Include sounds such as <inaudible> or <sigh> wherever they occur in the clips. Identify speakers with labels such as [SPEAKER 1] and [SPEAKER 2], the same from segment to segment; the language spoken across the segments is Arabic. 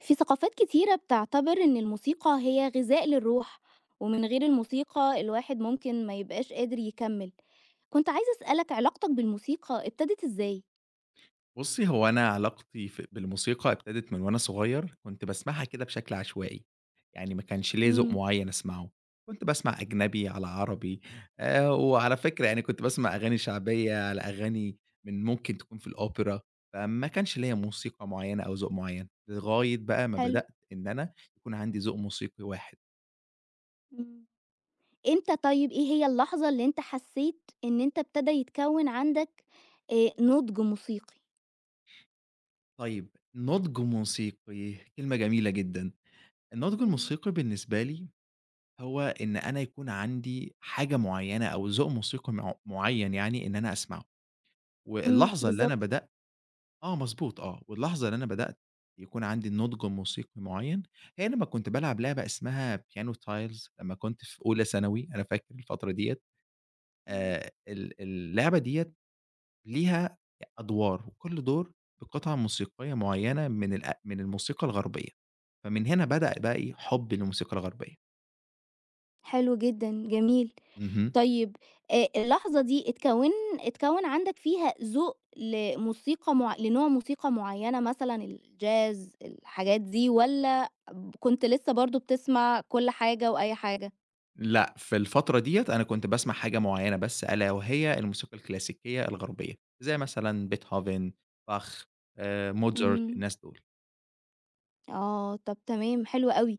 [SPEAKER 1] في ثقافات كتيرة بتعتبر إن الموسيقى هي غذاء للروح، ومن غير الموسيقى الواحد ممكن ما يبقاش قادر يكمل. كنت عايزة أسألك علاقتك بالموسيقى ابتدت إزاي؟
[SPEAKER 2] بُصّي، هو أنا علاقتي بالموسيقى ابتدت من وأنا صغير، كنت باسمعها كده بشكل عشوائي، يعني ما كانش ليّا ذوق
[SPEAKER 1] امم.
[SPEAKER 2] معيّن أسمعه، كنت باسمع أجنبي على عربي، وعلى فكرة يعني كنت باسمع أغاني شعبية على أغاني من ممكن تكون في الأوبرا، فما كانش ليّا موسيقى معيّنة أو ذوق معيّن، لغاية بقى ما
[SPEAKER 1] حلو.
[SPEAKER 2] بدأت إن أنا يكون عندي ذوق موسيقي واحد.
[SPEAKER 1] مم. إمتى؟ طيب، إيه هي اللحظة اللي أنت حسيت إن أنت ابتدى يتكون عندك نضج موسيقي؟
[SPEAKER 2] طيب نُضْج موسيقي، كلمة جميلة جدًا. النُضْج الموسيقي بالنسبة لي هو إن أنا يكون عندي حاجة معيّنة أو ذوق موسيقي معيّن يعني إن أنا أسمعه،
[SPEAKER 1] امم،
[SPEAKER 2] واللحظة اللي أنا
[SPEAKER 1] بالظبط.
[SPEAKER 2] بدأت. آه مضبوط، آه، واللحظة اللي أنا بدأت يكون عندي نضج موسيقي معيّن، هي لمّا كنت بالعب لعبة اسمها piano tiles لمّا كنت في أولى ثانوي، أنا فاكر الفترة ديّة،
[SPEAKER 1] مم.
[SPEAKER 2] ال اللعبة ديّة ليها أدوار، وكل دور بقطعة موسيقية معيّنة من الموسيقى الغربية، فمن هنا بدأ بقى إيه حبّي للموسيقى الغربية.
[SPEAKER 1] حلو جدا، جميل.
[SPEAKER 2] اهم.
[SPEAKER 1] طيب، اللحظة دي اتكوّن عندك فيها ذوق لموسيقى لنوع موسيقى معيّنة، مثلًا الجاز، الحاجات دي، والّا كنت لسّه برضه بتسمع كل حاجة وأي حاجة؟
[SPEAKER 2] لأ، في الفترة ديّة أنا كنت باسمع حاجة معيّنة بس ألا وهي الموسيقى الكلاسيكية الغربية، زي مثلًا بيتهوفن، باخ، موزارت،
[SPEAKER 1] إمم،
[SPEAKER 2] الناس دول.
[SPEAKER 1] آه، طَب، تمام، حلو أوي.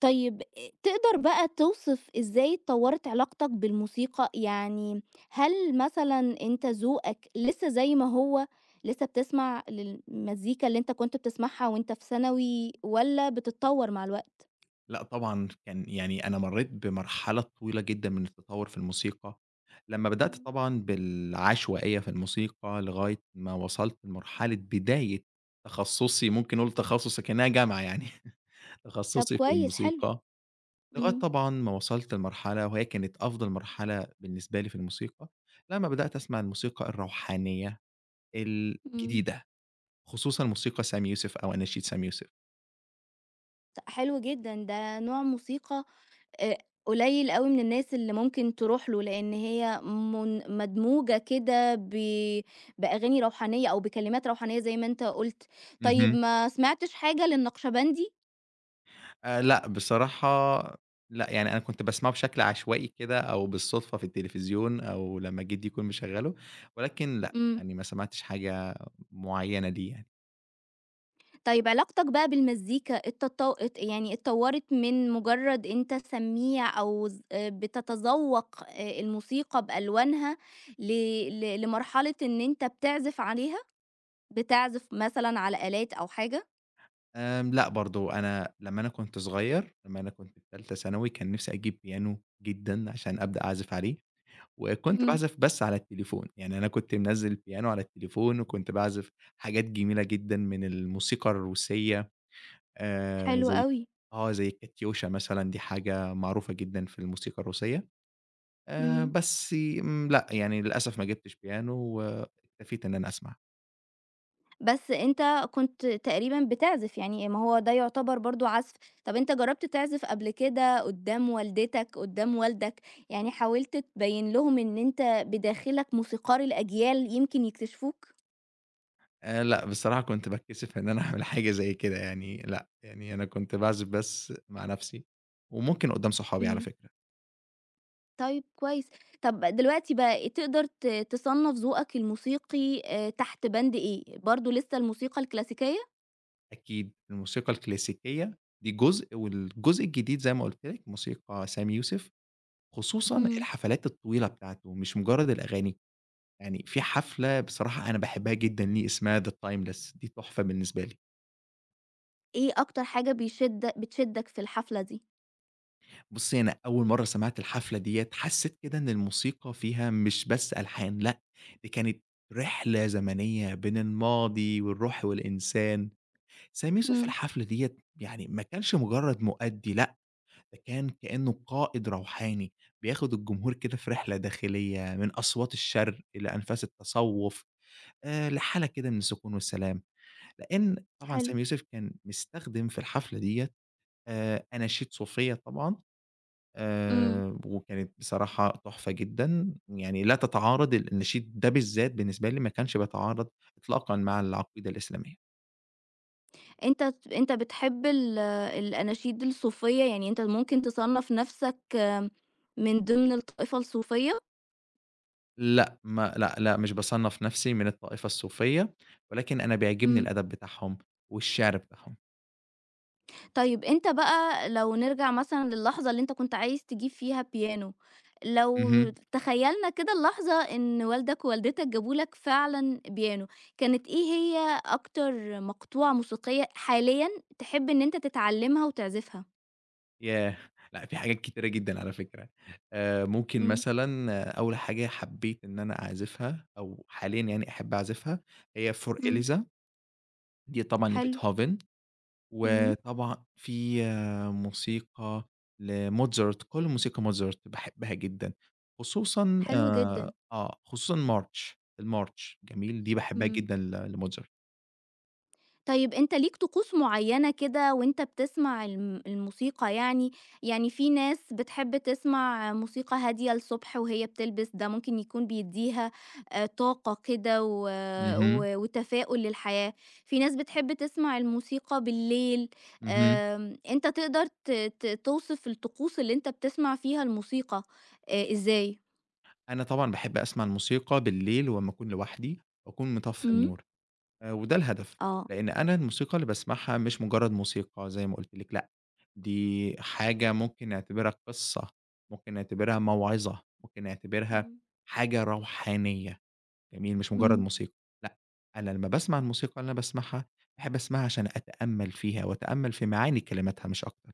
[SPEAKER 1] طيب، تقدر بقى توصف إزاي اتطورت علاقتك بالموسيقى؟ يعني هل مثلًا أنت ذوقك لسه زي ما هو، لسه بتسمع للمزيكا اللي أنت كنت بتسمعها وأنت في ثانوي، والّا بتتطور مع الوقت؟
[SPEAKER 2] لأ طبعًا كان يعني أنا مرّيت بمرحلة طويلة جدًا من التطوّر في الموسيقى، لمّا بدأت
[SPEAKER 1] إمم.
[SPEAKER 2] طبعًا بالعشوائية في الموسيقى لغاية ما وصلت لمرحلة بداية تخصُّصي، ممكن نقول تخصُّص أكنّها جامعة يعني، <laughs>
[SPEAKER 1] طب،
[SPEAKER 2] تخصُّصي في
[SPEAKER 1] كويس، حلو.
[SPEAKER 2] الموسيقى لغاية
[SPEAKER 1] إمم.
[SPEAKER 2] طبعًا ما وصلت لمرحلة وهي كانت أفضل مرحلة بالنسبة لي في الموسيقى، لمّا بدأت أسمع الموسيقى الروحانية
[SPEAKER 1] إمم.
[SPEAKER 2] الجديدة، خصوصًا موسيقى سامي يوسف أو أناشيد سامي يوسف.
[SPEAKER 1] حلو جدًا، ده نوع موسيقى آآ قليل أوي من الناس اللي ممكن تروح له، لإن هي مدموجة كده بأغاني روحانية أو بكلمات روحانية زي ما أنت قُلت. طيب،
[SPEAKER 2] اهم.
[SPEAKER 1] ما سمعتش حاجة للنقشبندي؟
[SPEAKER 2] لأ، بصراحة لأ، يعني أنا كنت باسمعه بشكل عشوائي كده أو بالصدفة في التلفزيون أو لمّا جدي يكون مشغّله، ولكن لأ،
[SPEAKER 1] إمم.
[SPEAKER 2] يعني ما سمعتش حاجة معيّنة ليه يعني.
[SPEAKER 1] طيب، علاقتك بقى بالمزيكا اتطو ات يعني اتطوّرت من مجرد أنت سميع أو ز آه، بتتذوّق الموسيقى بألوانها ل ل لمرحلة إن أنت بتعزف عليها؟ بتعزف مثلًا على آلات أو حاجة؟
[SPEAKER 2] لأ برضه أنا لمّا أنا كنت صغير، لمّا أنا كنت في تالتة ثانوي، كان نِفْسي أجيب بيانو جدًا عشان أبدأ أعزف عليه. وكنت
[SPEAKER 1] إمم،
[SPEAKER 2] باعزف بس على التليفون، يعني أنا كنت منزّل البيانو على التليفون، وكنت باعزف حاجات جميلة جدًا من الموسيقى الروسية، آآ،
[SPEAKER 1] حلو
[SPEAKER 2] زي
[SPEAKER 1] أوي.
[SPEAKER 2] زي الكاتيوشا مثلًا دي حاجة معروفة جدًا في الموسيقى الروسية،
[SPEAKER 1] إمم.
[SPEAKER 2] بس لأ يعني للأسف ما جبتش بيانو واكتفيت إن أنا أسمع.
[SPEAKER 1] بس أنت كنت تقريبًا بتعزف، يعني ما هو ده يُعتبر برضه عزف. طَب أنت جرّبت تعزف قبل كده قدّام والدتك، قدّام والدك، يعني حاولت تبيّن لهم إن أنت بداخلك موسيقار الأجيال يمكن يكتشفوك؟
[SPEAKER 2] لأ بصراحة كنت باتكسف إن أنا أعمل حاجة زي كده يعني لأ، يعني أنا كنت باعزف بس مع نفسي، وممكن قدّام صحابي على
[SPEAKER 1] إمم،
[SPEAKER 2] فكرة.
[SPEAKER 1] طيب، كويس. طَب دلوقتي بقى تقدر تصنّف ذوقك الموسيقي تحت بند إيه؟ برضه لسه الموسيقى الكلاسيكية؟
[SPEAKER 2] أكيد، الموسيقى الكلاسيكية دي جزء، والجزء الجديد زي ما قُلت لِك موسيقى سامي يوسف، خصوصًا
[SPEAKER 1] إمم.
[SPEAKER 2] الحفلات الطويلة بتاعته مش مجرد الأغاني، يعني في حفلة بصراحة أنا باحبها جدًا ليه اسمها The Timeless دي تحفة بالنسبة لي.
[SPEAKER 1] إيه أكتر حاجة بتشدك في الحفلة دي؟
[SPEAKER 2] بُصّي، أنا أول مرّة سمعت الحفلة ديّة حسّيت كده إن الموسيقى فيها مش بس ألحان، لأ، دي كانت رحلة زمنية بين الماضي والروح والإنسان. سامي يوسف في
[SPEAKER 1] إمم،
[SPEAKER 2] الحفلة ديّة يعني ما كانش مجرد مؤدي، لأ. ده كان كإنّه قائد روحاني، بياخد الجمهور كده في رحلة داخلية من أصوات الشرْق إلى أنفاس التصوّف، لحالة كده من السكون والسلام، لإن طبعًا
[SPEAKER 1] حلو،
[SPEAKER 2] سامي يوسف كان مستخدم في الحفلة ديّة أناشيد صوفية طبعًا.
[SPEAKER 1] إمم.
[SPEAKER 2] وكانت بصراحة تحفة جدًا، يعني لا تتعارض النشيد ده بالذات بالنسبة لي ما كانش بيتعارض إطلاقًا مع العقيدة الإسلامية.
[SPEAKER 1] أنت بتحب الأناشيد الصوفية، يعني أنت ممكن تصنّف نَفْسك من ضمن الطائفة الصوفية؟
[SPEAKER 2] لأ، ما لأ، لأ، مش باصنّف نَفْسي من الطائفة الصوفية، ولكن أنا بيعجبني
[SPEAKER 1] إمم.
[SPEAKER 2] الأدب بتاعهم والشعر بتاعهم.
[SPEAKER 1] طيب، أنت بقى لو نرجع مثلًا للحظة اللي أنت كنت عايز تجيب فيها بيانو، لو
[SPEAKER 2] اهم.
[SPEAKER 1] تخيّلنا كده اللحظة إن والدك ووالدتك جابوا لك فعلًا بيانو، كانت إيه هي أكتر مقطوعة موسيقية حاليًا تحب إن أنت تتعلّمها وتعزفها؟
[SPEAKER 2] ياه! لأ، في حاجات كتيرة جدًا على فكرة. ممكن
[SPEAKER 1] إمم.
[SPEAKER 2] مثلًا أول حاجة حبّيت إن أنا أعزفها أو حاليًا يعني أحب أعزفها هي For
[SPEAKER 1] إمم.
[SPEAKER 2] Eliza دي طبعًا
[SPEAKER 1] حلو.
[SPEAKER 2] لBeethoven.
[SPEAKER 1] إمم.
[SPEAKER 2] وطبعًا في موسيقى لMozart، كل موسيقى Mozart باحبها جدًا، خصوصًا
[SPEAKER 1] حلو جدًا.
[SPEAKER 2] March، الMarch جميل، دي باحبها
[SPEAKER 1] إمم.
[SPEAKER 2] جدًا ل لMozart.
[SPEAKER 1] طيب، أنت ليك طقوس معيّنة كده وأنت بتسمع الموسيقى يعني؟ يعني في ناس بتحب تسمع موسيقى هادية الصبح وهي بتلبس، ده ممكن يكون بيدّيها طاقة كده و
[SPEAKER 2] اهم،
[SPEAKER 1] و وتفاؤل للحياة. في ناس بتحب تسمع الموسيقى بالليل.
[SPEAKER 2] اهم.
[SPEAKER 1] أنت تقدر ت ت توصف الطقوس اللي أنت بتسمع فيها الموسيقى إزاي؟
[SPEAKER 2] أنا طبعًا باحب أسمع الموسيقى بالليل وأمّا أكون لوحدي وأكون مطفّي
[SPEAKER 1] إمم،
[SPEAKER 2] النور. وده الهدف،
[SPEAKER 1] آه،
[SPEAKER 2] لإن أنا الموسيقى اللي باسمعها مش مجرد موسيقى زي ما قُلت لِك، لأ، دي حاجة ممكن نعتبرها قصة، ممكن نعتبرها موعظة، ممكن نعتبرها
[SPEAKER 1] إمم.
[SPEAKER 2] حاجة روحانية، جميل؟ مش مجرد
[SPEAKER 1] إمم.
[SPEAKER 2] موسيقى، لأ، أنا لمّا باسمع الموسيقى اللي أنا باسمعها، باحب أسمعها عشان أتأمل فيها وأتأمل في معاني كلماتها مش أكتر.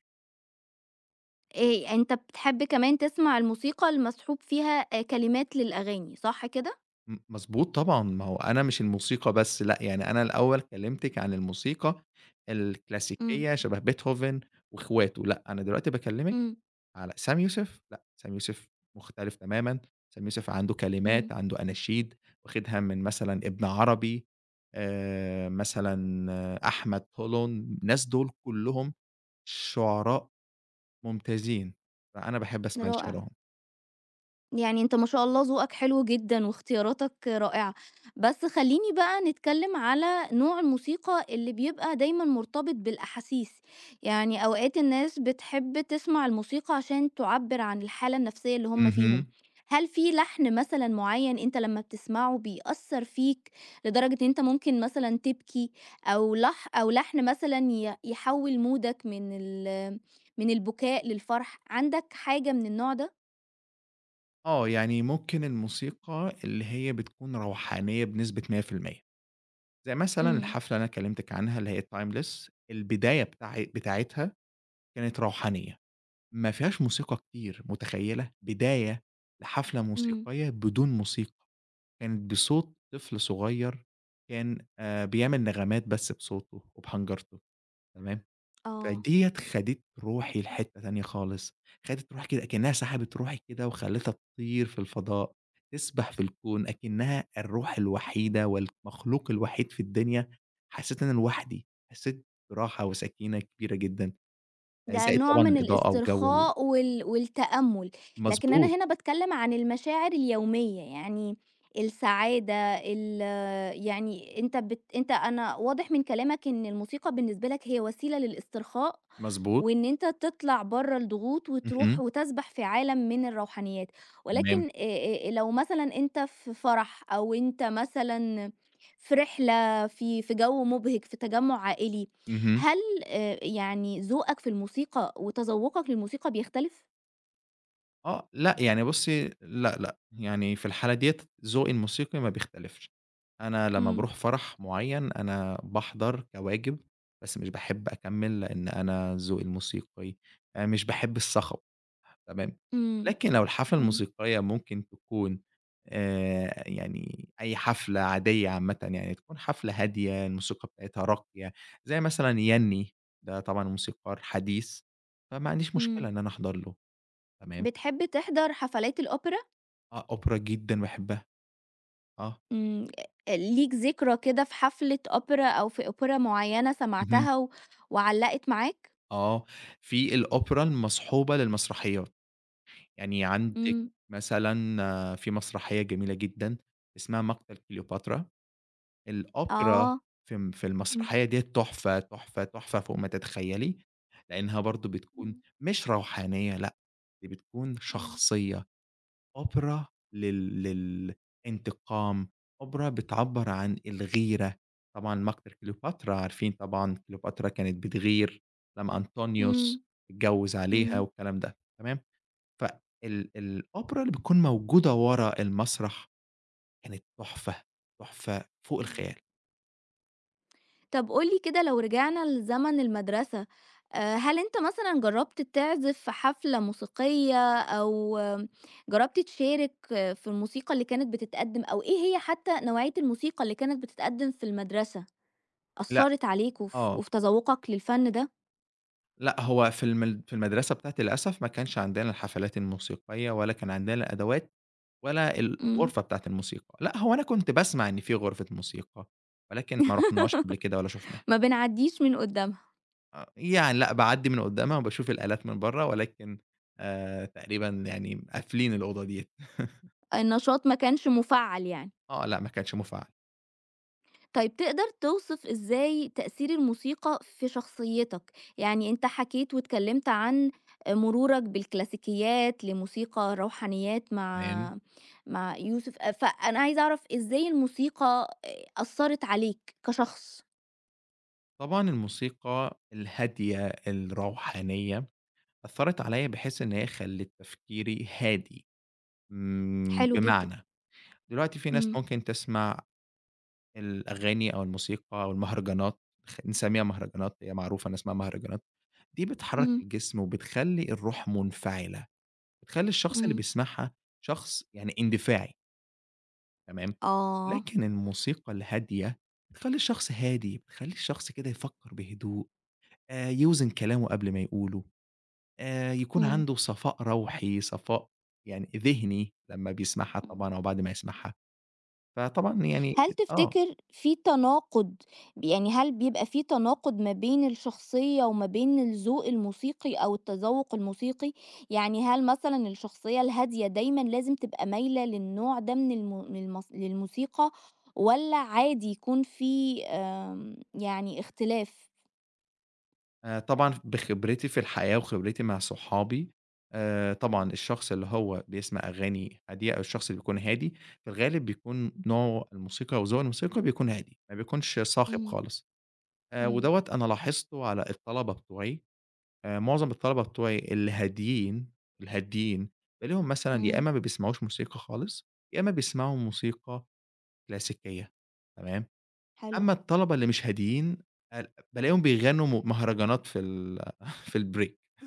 [SPEAKER 1] أنت بتحب كمان تسمع الموسيقى المصحوب فيها كلمات للأغاني، صح كده؟
[SPEAKER 2] مضبوط طبعًا، ما هو أنا مش الموسيقى بس لأ، يعني أنا الأول كلمتِك عن الموسيقى
[SPEAKER 1] إمم.
[SPEAKER 2] الكلاسيكية شبه بيتهوفن وإخواته، لأ، أنا دلوقتي باكلمِك
[SPEAKER 1] إمم.
[SPEAKER 2] على سامي يوسف، لأ، سامي يوسف مختلف تمامًا. سامي يوسف عنده
[SPEAKER 1] إمم.
[SPEAKER 2] كلمات، عنده أناشيد واخدها من مثلًا ابن عربي، مثلًا أحمد طولون، الناس دول كلّهم شعراء ممتازين، فأنا باحب أسمع
[SPEAKER 1] رائع.
[SPEAKER 2] لشعرهم.
[SPEAKER 1] يعني أنت ما شاء الله ذوقك حلو جدًا واختياراتك رائعة، بس خلّيني بقى نتكلم على نوع الموسيقى اللي بيبقى دايمًا مرتبط بالأحاسيس. يعني أوقات الناس بتحب تسمع الموسيقى عشان تعبّر عن الحالة النفسية اللي هم فيهم.
[SPEAKER 2] اهم.
[SPEAKER 1] هل في لحن مثلًا معيّن أنت لمّا بتسمعه بيأثّر فيك لدرجة إن أنت ممكن مثلًا تبكي، أو لحن مثلًا يحوّل مودك من البكاء للفرح، عندك حاجة من النوع ده؟
[SPEAKER 2] آه، يعني ممكن الموسيقى اللي هي بتكون روحانية بنسبة 100% زي مثلًا
[SPEAKER 1] إمم.
[SPEAKER 2] الحفلة اللي أنا كلمتِك عنها اللي هي timeless، البداية بتاعتها كانت روحانية. ما فيهاش موسيقى كتير، متخيّلة؟ بداية لحفلة
[SPEAKER 1] إمم.
[SPEAKER 2] موسيقية بدون موسيقى، كانت بصوت طفل صغير، كان بيعمل نغمات بس بصوته وبحنجرته، تمام؟
[SPEAKER 1] آه،
[SPEAKER 2] فديّة خدِت روحي لحتّة تانية خالص، خدِت روحي كده أكنّها سحبت روحي كده وخلّتها تطير في الفضاء، تسبح في الكون، أكنّها الروح الوحيدة والمخلوق الوحيد في الدنيا، حسّيت إن أنا لوحدي، حسّيت براحة وسكينة كبيرة جدًا،
[SPEAKER 1] ده
[SPEAKER 2] زائد
[SPEAKER 1] نوع
[SPEAKER 2] طبعًا
[SPEAKER 1] من
[SPEAKER 2] الإضاءة وجَو
[SPEAKER 1] الاسترخاء والتأمُّل، لكن أنا
[SPEAKER 2] مضبوط.
[SPEAKER 1] هنا باتكلّم عن المشاعر اليومية، يعني السعادة، ال يعني أنت بت أنت أنا واضح من كلامك إن الموسيقى بالنسبة لك هي وسيلة للاسترخاء،
[SPEAKER 2] مضبوط،
[SPEAKER 1] وإن أنت تطلع برّه الضغوط
[SPEAKER 2] اهم،
[SPEAKER 1] وتروح وتسبح في عالم من الروحانيات.
[SPEAKER 2] تمام،
[SPEAKER 1] ولكن لو مثلًا أنت في فرح أو أنت مثلًا في رحلة، في جو مُبهِج، في تجمُّع عائلي،
[SPEAKER 2] اهم،
[SPEAKER 1] هل يعني ذوقك في الموسيقى وتذوقك للموسيقى بيختلف؟
[SPEAKER 2] آه، لأ يعني بُصّي، لأ، لأ، يعني في الحالة ديّة ذوقي الموسيقي ما بيختلفش. أنا لمّا
[SPEAKER 1] إمم.
[SPEAKER 2] باروح فرح معيّن أنا باحضر كواجب، بس مش باحب أكمّل لإن أنا ذوقي الموسيقي مش باحب الصخب تمام.
[SPEAKER 1] إمم.
[SPEAKER 2] لكن لو الحفلة
[SPEAKER 1] إمم.
[SPEAKER 2] الموسيقية ممكن تكون يعني أي حفلة عادية عامةً يعني، تكون حفلة هادية، الموسيقى بتاعتها راقية، زي مثلًا يَنّي، ده طبعًا موسيقار حديث، فما عنديش مشكلة
[SPEAKER 1] إمم.
[SPEAKER 2] إن أنا أحضر له، تمام.
[SPEAKER 1] بتحب تحضر حفلات الأوبرا؟
[SPEAKER 2] آه، أوبرا جدًا باحبها، آه،
[SPEAKER 1] إمم. ليك ذكرى كده في حفلة أوبرا أو في أوبرا معينة
[SPEAKER 2] اهم،
[SPEAKER 1] سمعتها وعلّقت معاك؟
[SPEAKER 2] آه. في الأوبرا المصحوبة للمسرحيات، يعني عندِك
[SPEAKER 1] إمم.
[SPEAKER 2] مثلًا في مسرحية جميلة جدًا اسمها مقتل كليوباترا. الأوبرا
[SPEAKER 1] آه.
[SPEAKER 2] في
[SPEAKER 1] إمم.
[SPEAKER 2] المسرحية ديّة تحفة، تحفة، تحفة فوق ما تتخيّلي، لإنها برضه بتكون
[SPEAKER 1] إمم.
[SPEAKER 2] مش روحانية، لأ، دي بتكون
[SPEAKER 1] إمم.
[SPEAKER 2] شخصية، أوبرا لل للانتقام، أوبرا بتعبّر عن الغيرة، طبعًا ماجدة كليوباترا، عارفين طبعًا كليوباترا كانت بتغير لمّا أنطونيوس
[SPEAKER 1] إمم.
[SPEAKER 2] اتجوّز عليها
[SPEAKER 1] إمم.
[SPEAKER 2] والكلام ده، تمام، الأوبرا اللي بتكون موجودة ورا المسرح كانت تحفة، تحفة فوق
[SPEAKER 1] إمم.
[SPEAKER 2] الخيال.
[SPEAKER 1] طب قُل لي كده لو رجعنا لزمن المدرسة، هل أنت مثلًا جرّبت تعزف في حفلة موسيقية، أو جرّبت تشارك في الموسيقى اللي كانت بتتقدّم، أو إيه هي حتى نوعية الموسيقى اللي كانت بتتقدّم في المدرسة،
[SPEAKER 2] لأ،
[SPEAKER 1] أثّرت عليك وف
[SPEAKER 2] آه.
[SPEAKER 1] وفي تذوُّقك للفَن ده؟
[SPEAKER 2] لأ، هو في المدرسة بتاعتي للأسف ما كانش عندنا الحفلات الموسيقية ولا كان عندنا الأدوات ولا
[SPEAKER 1] إمم.
[SPEAKER 2] الغرفة بتاعة الموسيقى. لأ، هو أنا كنت باسمع إن في غرفة موسيقى، ولكن ما رُحناهاش قبل كده ولا شُفناها.
[SPEAKER 1] ما بنعدّيش من قُدّامها،
[SPEAKER 2] آه، يعني لأ، باعدّي من قدّامها وباشوف الآلات من برّه، ولكن تقريبًا يعني قافلين الأوضة ديّة.
[SPEAKER 1] النشاط ما كانش مُفعّل يعني.
[SPEAKER 2] آه، لأ، ما كانش مُفعّل.
[SPEAKER 1] طيب، تقدر توصف إزاي تأثير الموسيقى في شخصيتك؟ يعني أنت حكيت واتكلمت عن مرورك بالكلاسيكيات لموسيقى روحانيات
[SPEAKER 2] تمام.
[SPEAKER 1] مع يوسف، فأنا عايزة أعرف إزاي الموسيقى أثرت عليك كشخص.
[SPEAKER 2] طبعًا الموسيقى الهادية الروحانية أثّرت عليَّ بحيث إن هي خلِّت تفكيري هادي،
[SPEAKER 1] حلو جدا.
[SPEAKER 2] بمعنى دلوقتي في ناس
[SPEAKER 1] امم.
[SPEAKER 2] ممكن تسمع الأغاني أو الموسيقى أو المهرجانات، نسميها مهرجانات، هي معروفة إن اسمها مهرجانات، دي بتحرك
[SPEAKER 1] امم.
[SPEAKER 2] الجسم وبتخلّي الروح منفعلة، بتخلّي الشخص اللي
[SPEAKER 1] امم.
[SPEAKER 2] بيسمعها شخص يعني اندفاعي، تمام.
[SPEAKER 1] آه.
[SPEAKER 2] لكن الموسيقى الهادية بتخلّي الشخص هادي، بتخلّي الشخص كده يفكّر بهدوء، يوزن كلامه قبل ما يقوله، يكون
[SPEAKER 1] امم.
[SPEAKER 2] عنده صفاء روحي، صفاء يعني ذهني لمّا بيسمعها
[SPEAKER 1] امم.
[SPEAKER 2] طبعًا أو بعد ما يسمعها، فطبعًا يعني
[SPEAKER 1] هل
[SPEAKER 2] آه.
[SPEAKER 1] تفتكر في تناقض؟ يعني هل بيبقى في تناقض ما بين الشخصية وما بين الذوق الموسيقي أو التذوق الموسيقي؟ يعني هل مثلًا الشخصية الهادية دايمًا لازم تبقى مايلة للنوع ده من الم من المس للموسيقى، والّا عادي يكون في يعني اختلاف؟
[SPEAKER 2] طبعًا بخبرتي في الحياة وخبرتي مع صحابي، طبعًا
[SPEAKER 1] إمم.
[SPEAKER 2] الشخص اللي هو بيسمع أغاني هادية أو الشخص اللي بيكون هادي، في الغالب بيكون نوعه الموسيقى أو ذوق الموسيقى بيكون هادي، ما بيكونش صاخب
[SPEAKER 1] إمم.
[SPEAKER 2] خالص.
[SPEAKER 1] إمم.
[SPEAKER 2] ودوّة أنا لاحظته على الطلبة بتوعي، معظم الطلبة بتوعي الهاديين، الهاديين بالاقيهم مثلًا يا
[SPEAKER 1] إمم.
[SPEAKER 2] إما ما بيسمعوش موسيقى خالص، يا إما بيسمعوا موسيقى كلاسيكية تمام؟
[SPEAKER 1] حلو.
[SPEAKER 2] أمّا الطلبة اللي مش هاديين، بالاقيهم بيغنّوا مهرجانات في <laughs> في الbreak،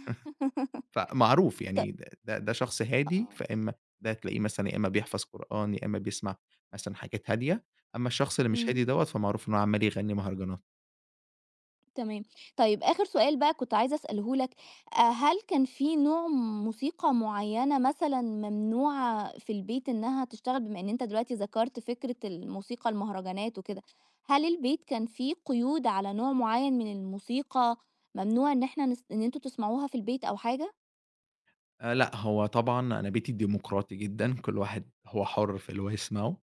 [SPEAKER 2] فمعروف
[SPEAKER 1] <laughs> ط
[SPEAKER 2] يعني د ده ده شخص هادي،
[SPEAKER 1] آه.
[SPEAKER 2] فإما ده تلاقيه مثلًا يا إمّا بيحفظ قرآن، يا إمّا بيسمع مثلًا حاجات هادية، أمّا الشخص اللي مش
[SPEAKER 1] إمم.
[SPEAKER 2] هادي دوّة فمعروف إن هو عمّال يغنّي مهرجانات.
[SPEAKER 1] تمام. طيب، آخر سؤال بقى كنت عايزة أسأله لك. هل كان في نوع موسيقى معيّنة مثلًا ممنوعة في البيت إنها تشتغل؟ بما إن أنت دلوقتي ذكرت فكرة الموسيقى المهرجانات وكده، هل البيت كان في قيود على نوع معيّن من الموسيقى، ممنوع إن إحنا نس إن أنتم تسمعوها في البيت أو حاجة؟
[SPEAKER 2] لأ، هو طبعًا أنا بيتي ديمقراطي جدًا، كل واحد هو حُر في اللي هو يسمعه.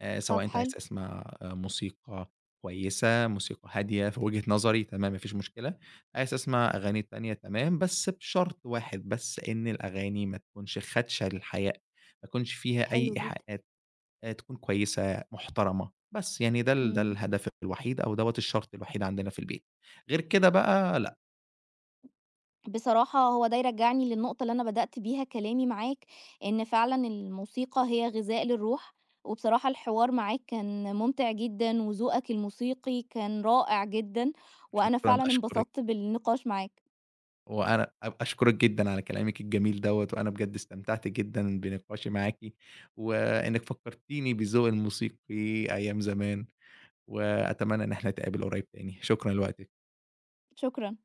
[SPEAKER 1] طب،
[SPEAKER 2] سواء أنت عايز
[SPEAKER 1] حلو.
[SPEAKER 2] تسمع موسيقى كويسة، موسيقى هادية في وجهة نظري تمام ما فيش مشكلة، عايز تسمع أغاني تانية تمام، بس بشرط واحد بس، إن الأغاني ما تكونش خدشة للحياء، ما يكونش فيها أي
[SPEAKER 1] حلو جدًا.
[SPEAKER 2] إيحاءات، تكون كويسة محترمة، بس يعني ده ال ده
[SPEAKER 1] إمم.
[SPEAKER 2] الهدف الوحيد أو دوّة الشرط الوحيد عندنا في البيت، غير كده بقى لأ،
[SPEAKER 1] بصراحة هو ده يرجعني للنقطة اللي أنا بدأت بيها كلامي معاك، إن فعلًا الموسيقى هي غذاء للروح، وبصراحة الحوار معاك كان ممتع جدًا، وذوقك الموسيقي كان رائع جدًا، وأنا
[SPEAKER 2] شكرًا
[SPEAKER 1] فعلًا
[SPEAKER 2] أشكرِك.
[SPEAKER 1] انبسطت بالنقاش معاك.
[SPEAKER 2] وأنا أشكرِك جدًا على كلامِك الجميل دوّة، وأنا بجد استمتعت جدًا بنقاشي معاكِ، وإنِّك فكّرتيني بالذوق الموسيقي أيام زمان، وأتمنى إن إحنا نتقابل قريب تاني، شكرًا لوقتِك.
[SPEAKER 1] شكرًا.